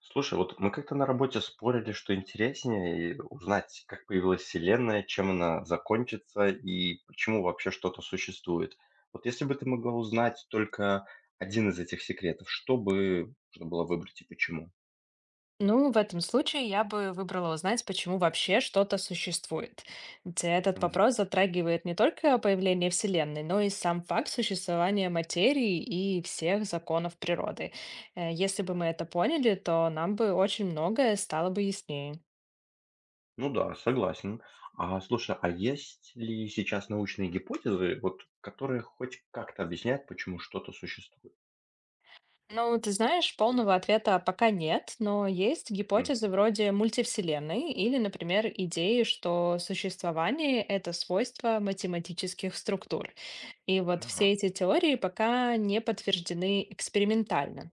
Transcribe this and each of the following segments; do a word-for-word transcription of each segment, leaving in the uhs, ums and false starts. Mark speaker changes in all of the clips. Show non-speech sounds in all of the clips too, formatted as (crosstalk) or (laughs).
Speaker 1: Слушай, вот мы как-то на работе спорили, что интереснее и узнать, как появилась Вселенная, чем она закончится и почему вообще что-то существует. Вот если бы ты могла узнать только один из этих секретов, что бы нужно было выбрать и почему?
Speaker 2: Ну, в этом случае я бы выбрала узнать, почему вообще что-то существует. Ведь этот
Speaker 1: Мгм.
Speaker 2: вопрос затрагивает не только появление Вселенной, но и сам факт существования материи и всех законов природы. Э, Если бы мы это поняли, то нам бы очень многое стало бы яснее.
Speaker 1: Ну да, согласен. А слушай, а есть ли сейчас научные гипотезы, вот, которые хоть как-то объясняют, почему что-то существует?
Speaker 2: Ну, ты знаешь, полного ответа пока нет, но есть гипотезы
Speaker 1: Мгм.
Speaker 2: вроде мультивселенной или, например, идеи, что существование — это свойство математических структур. И вот все
Speaker 1: Ага.
Speaker 2: эти теории пока не подтверждены экспериментально.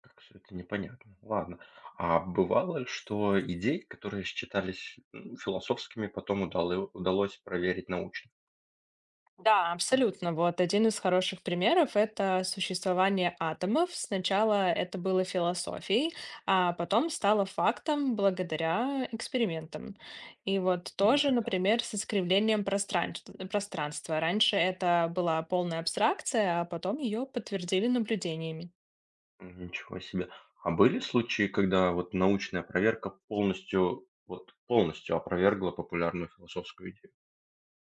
Speaker 1: Как всё это непонятно. Ладно. А бывало, что идеи, которые считались, ну, философскими, потом удалы удалось проверить научно?
Speaker 2: Да, абсолютно. Вот один из хороших примеров — это существование атомов. Сначала это было философией, а потом стало фактом благодаря экспериментам. И вот тоже,
Speaker 1: Даже так.
Speaker 2: например, с искривлением пространств- пространства. Раньше это была полная абстракция, а потом ее подтвердили наблюдениями.
Speaker 1: М, Ничего себе. А были случаи, когда вот научная проверка полностью, вот полностью опровергла популярную философскую идею?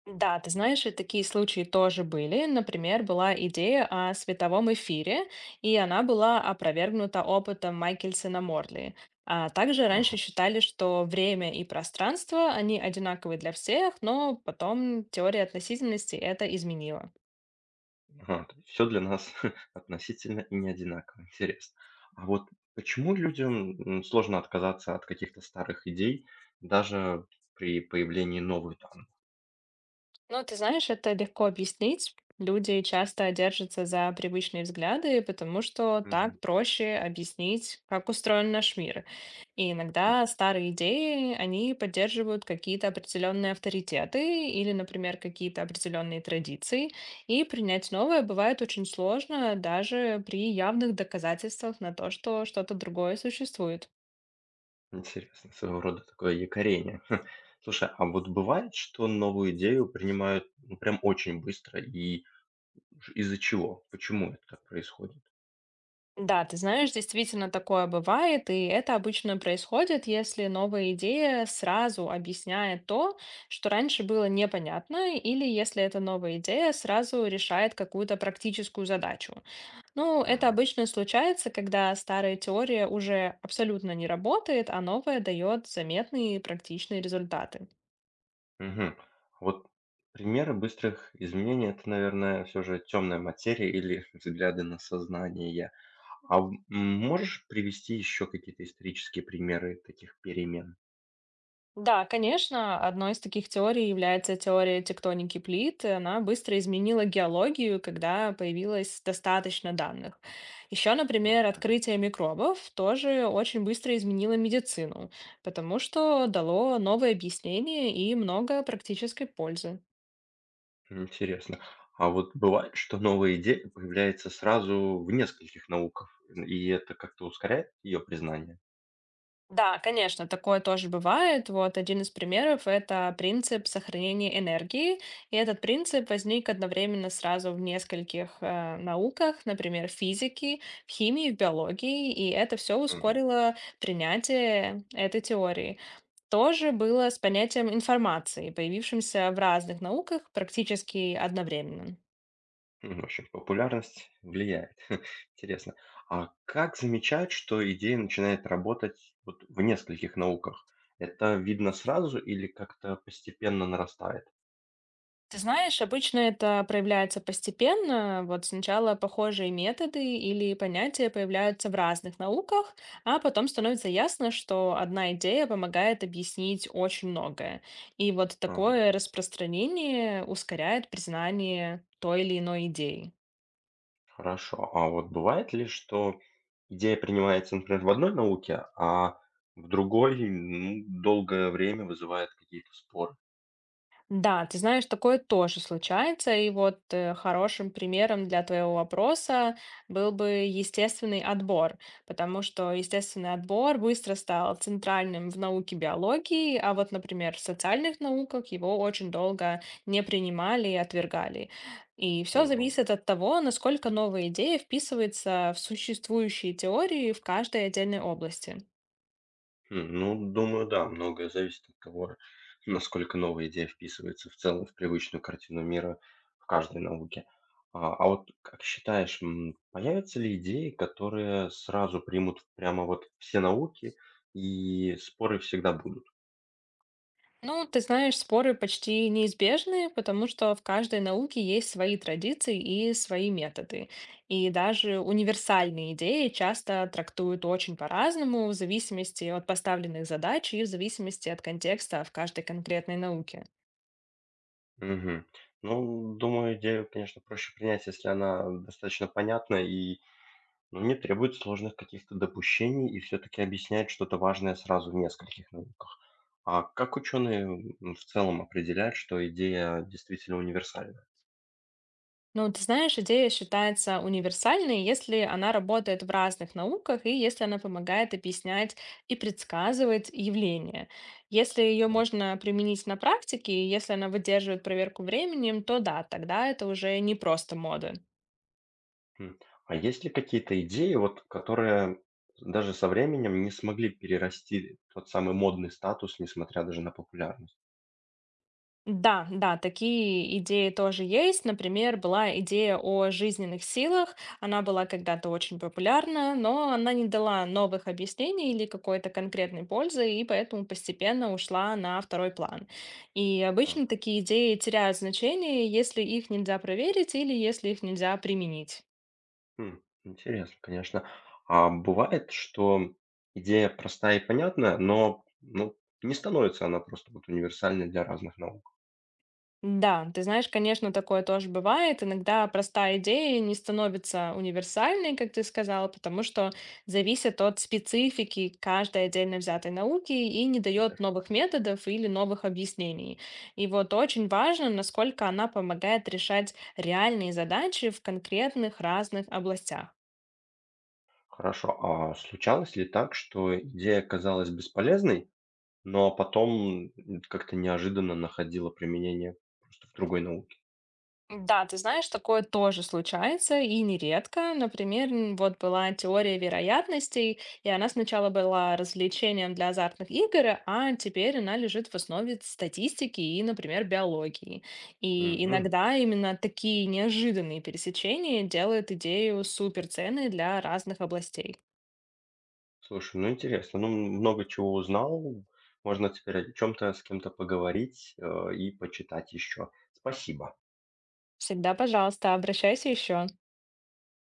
Speaker 2: Да, ты знаешь, и такие случаи тоже были. Например, была идея о световом эфире, и она была опровергнута опытом Майкельсона Морли. А также раньше
Speaker 1: Ага,
Speaker 2: считали, что время и пространство, они одинаковы для всех, но потом теория относительности это изменила.
Speaker 1: ага, то для нас (laughs) относительно и не одинаково. Интересно. А вот почему людям, м, сложно отказаться от каких-то старых идей даже при появлении новых данных?
Speaker 2: Но ты знаешь, это легко объяснить. Люди часто держатся за привычные взгляды, потому что
Speaker 1: Мгм.
Speaker 2: так проще объяснить, как устроен наш мир. И иногда старые идеи, они поддерживают какие-то определенные авторитеты или, например, какие-то определенные традиции. И принять новое бывает очень сложно даже при явных доказательствах на то, что что-то другое существует.
Speaker 1: Интересно, своего рода такое якорение. (laughs) Слушай, а вот бывает, что новую идею принимают, ну, прям очень быстро и ж из-за чего? Почему это так происходит?
Speaker 2: Да, ты знаешь, действительно такое бывает, и это обычно происходит, если новая идея сразу объясняет то, что раньше было непонятно, или если эта новая идея сразу решает какую-то практическую задачу. Ну, это
Speaker 1: Так.
Speaker 2: обычно случается, когда старая теория уже абсолютно не работает, а новая дает заметные практичные результаты.
Speaker 1: Мгм. Вот примеры быстрых изменений — это, наверное, все же "Темная материя» или (laughs) «Взгляды на сознание». А, м, можешь привести еще какие-то исторические примеры таких перемен?
Speaker 2: Да, конечно, одной из таких теорий является теория тектоники плит. и Она быстро изменила геологию, когда появилось достаточно данных. Еще,
Speaker 1: Вот,
Speaker 2: например,
Speaker 1: да.
Speaker 2: открытие микробов тоже очень быстро изменило медицину, потому что дало новые объяснения и много практической пользы.
Speaker 1: Интересно. А вот бывает, что новая идея появляется сразу в нескольких науках, и это как-то ускоряет ее признание?
Speaker 2: Да, конечно, такое тоже бывает. Вот один из примеров – это принцип сохранения энергии. И этот принцип возник одновременно сразу в нескольких э, науках, например, в физике, в химии, в биологии, и это все
Speaker 1: Мгм.
Speaker 2: ускорило принятие этой теории. Тоже было с понятием информации, появившимся в разных науках практически одновременно.
Speaker 1: М, В общем, популярность влияет. (laughs) Интересно. А как замечать, что идея начинает работать вот в нескольких науках? Это видно сразу или как-то постепенно нарастает?
Speaker 2: Ты знаешь, обычно это проявляется постепенно. Вот сначала похожие методы или понятия появляются в разных науках, а потом становится ясно, что одна идея помогает объяснить очень многое. И вот
Speaker 1: Ага,
Speaker 2: такое распространение ускоряет признание той или иной идеи.
Speaker 1: хорошо. А вот бывает ли, что идея принимается, например, в одной науке, а в другой, ну, долгое время вызывает какие-то споры?
Speaker 2: Да, ты знаешь, такое тоже случается. И вот э, хорошим примером для твоего вопроса был бы естественный отбор, потому что естественный отбор быстро стал центральным в науке биологии, а вот, например, в социальных науках его очень долго не принимали и отвергали. И все
Speaker 1: Ого.
Speaker 2: зависит от того, насколько новая идея вписывается в существующие теории в каждой отдельной области.
Speaker 1: Хм, ну, думаю, да, многое зависит от того, насколько новая идея вписывается в целом в привычную картину мира в каждой науке. А, а вот как считаешь, м, появятся ли идеи, которые сразу примут прямо вот все науки, и споры всегда будут?
Speaker 2: Ну, ты знаешь, споры почти неизбежны, потому что в каждой науке есть свои традиции и свои методы. И даже универсальные идеи часто трактуют очень по-разному, в зависимости от поставленных задач и в зависимости от контекста в каждой конкретной науке.
Speaker 1: Мгм. Ну, думаю, идею, конечно, проще принять, если она достаточно понятна и. Но не требует сложных каких-то допущений и все-таки объясняет что-то важное сразу в нескольких науках. А как ученые в целом определяют, что идея действительно универсальна?
Speaker 2: Ну, ты знаешь, идея считается универсальной, если она работает в разных науках и если она помогает объяснять и предсказывать явления. Если ее
Speaker 1: Так,
Speaker 2: можно применить на практике, и если она выдерживает проверку временем, то да, тогда это уже не просто мода.
Speaker 1: м. А есть ли какие-то идеи, вот, которые даже со временем не смогли перерасти тот самый модный статус, несмотря даже на популярность?
Speaker 2: Да, да, такие идеи тоже есть. Например, была идея о жизненных силах. Она была когда-то очень популярна, но она не дала новых объяснений или какой-то конкретной пользы, и поэтому постепенно ушла на второй план. И обычно
Speaker 1: Так,
Speaker 2: такие идеи теряют значение, если их нельзя проверить или если их нельзя применить.
Speaker 1: м, интересно, конечно. А бывает, что идея простая и понятна, но, ну, не становится она просто вот универсальной для разных наук.
Speaker 2: Да, ты знаешь, конечно, такое тоже бывает. Иногда простая идея не становится универсальной, как ты сказала, потому что зависит от специфики каждой отдельно взятой науки и не дает новых методов или новых объяснений. И вот очень важно, насколько она помогает решать реальные задачи в конкретных разных областях.
Speaker 1: Хорошо. А случалось ли так, что идея казалась бесполезной, но потом м, как-то неожиданно находила применение просто в другой науке?
Speaker 2: Да, ты знаешь, такое тоже случается и нередко. Например, м, вот была теория вероятностей, и она сначала была развлечением для азартных игр, а теперь она лежит в основе статистики и, например, биологии. И
Speaker 1: Мгм.
Speaker 2: иногда именно такие неожиданные пересечения делают идею суперценной для разных областей.
Speaker 1: Слушай, ну интересно, ну м, много чего узнал. Можно теперь о чем-то с кем-то поговорить э, и почитать еще. Спасибо.
Speaker 2: Всегда, пожалуйста, обращайся еще.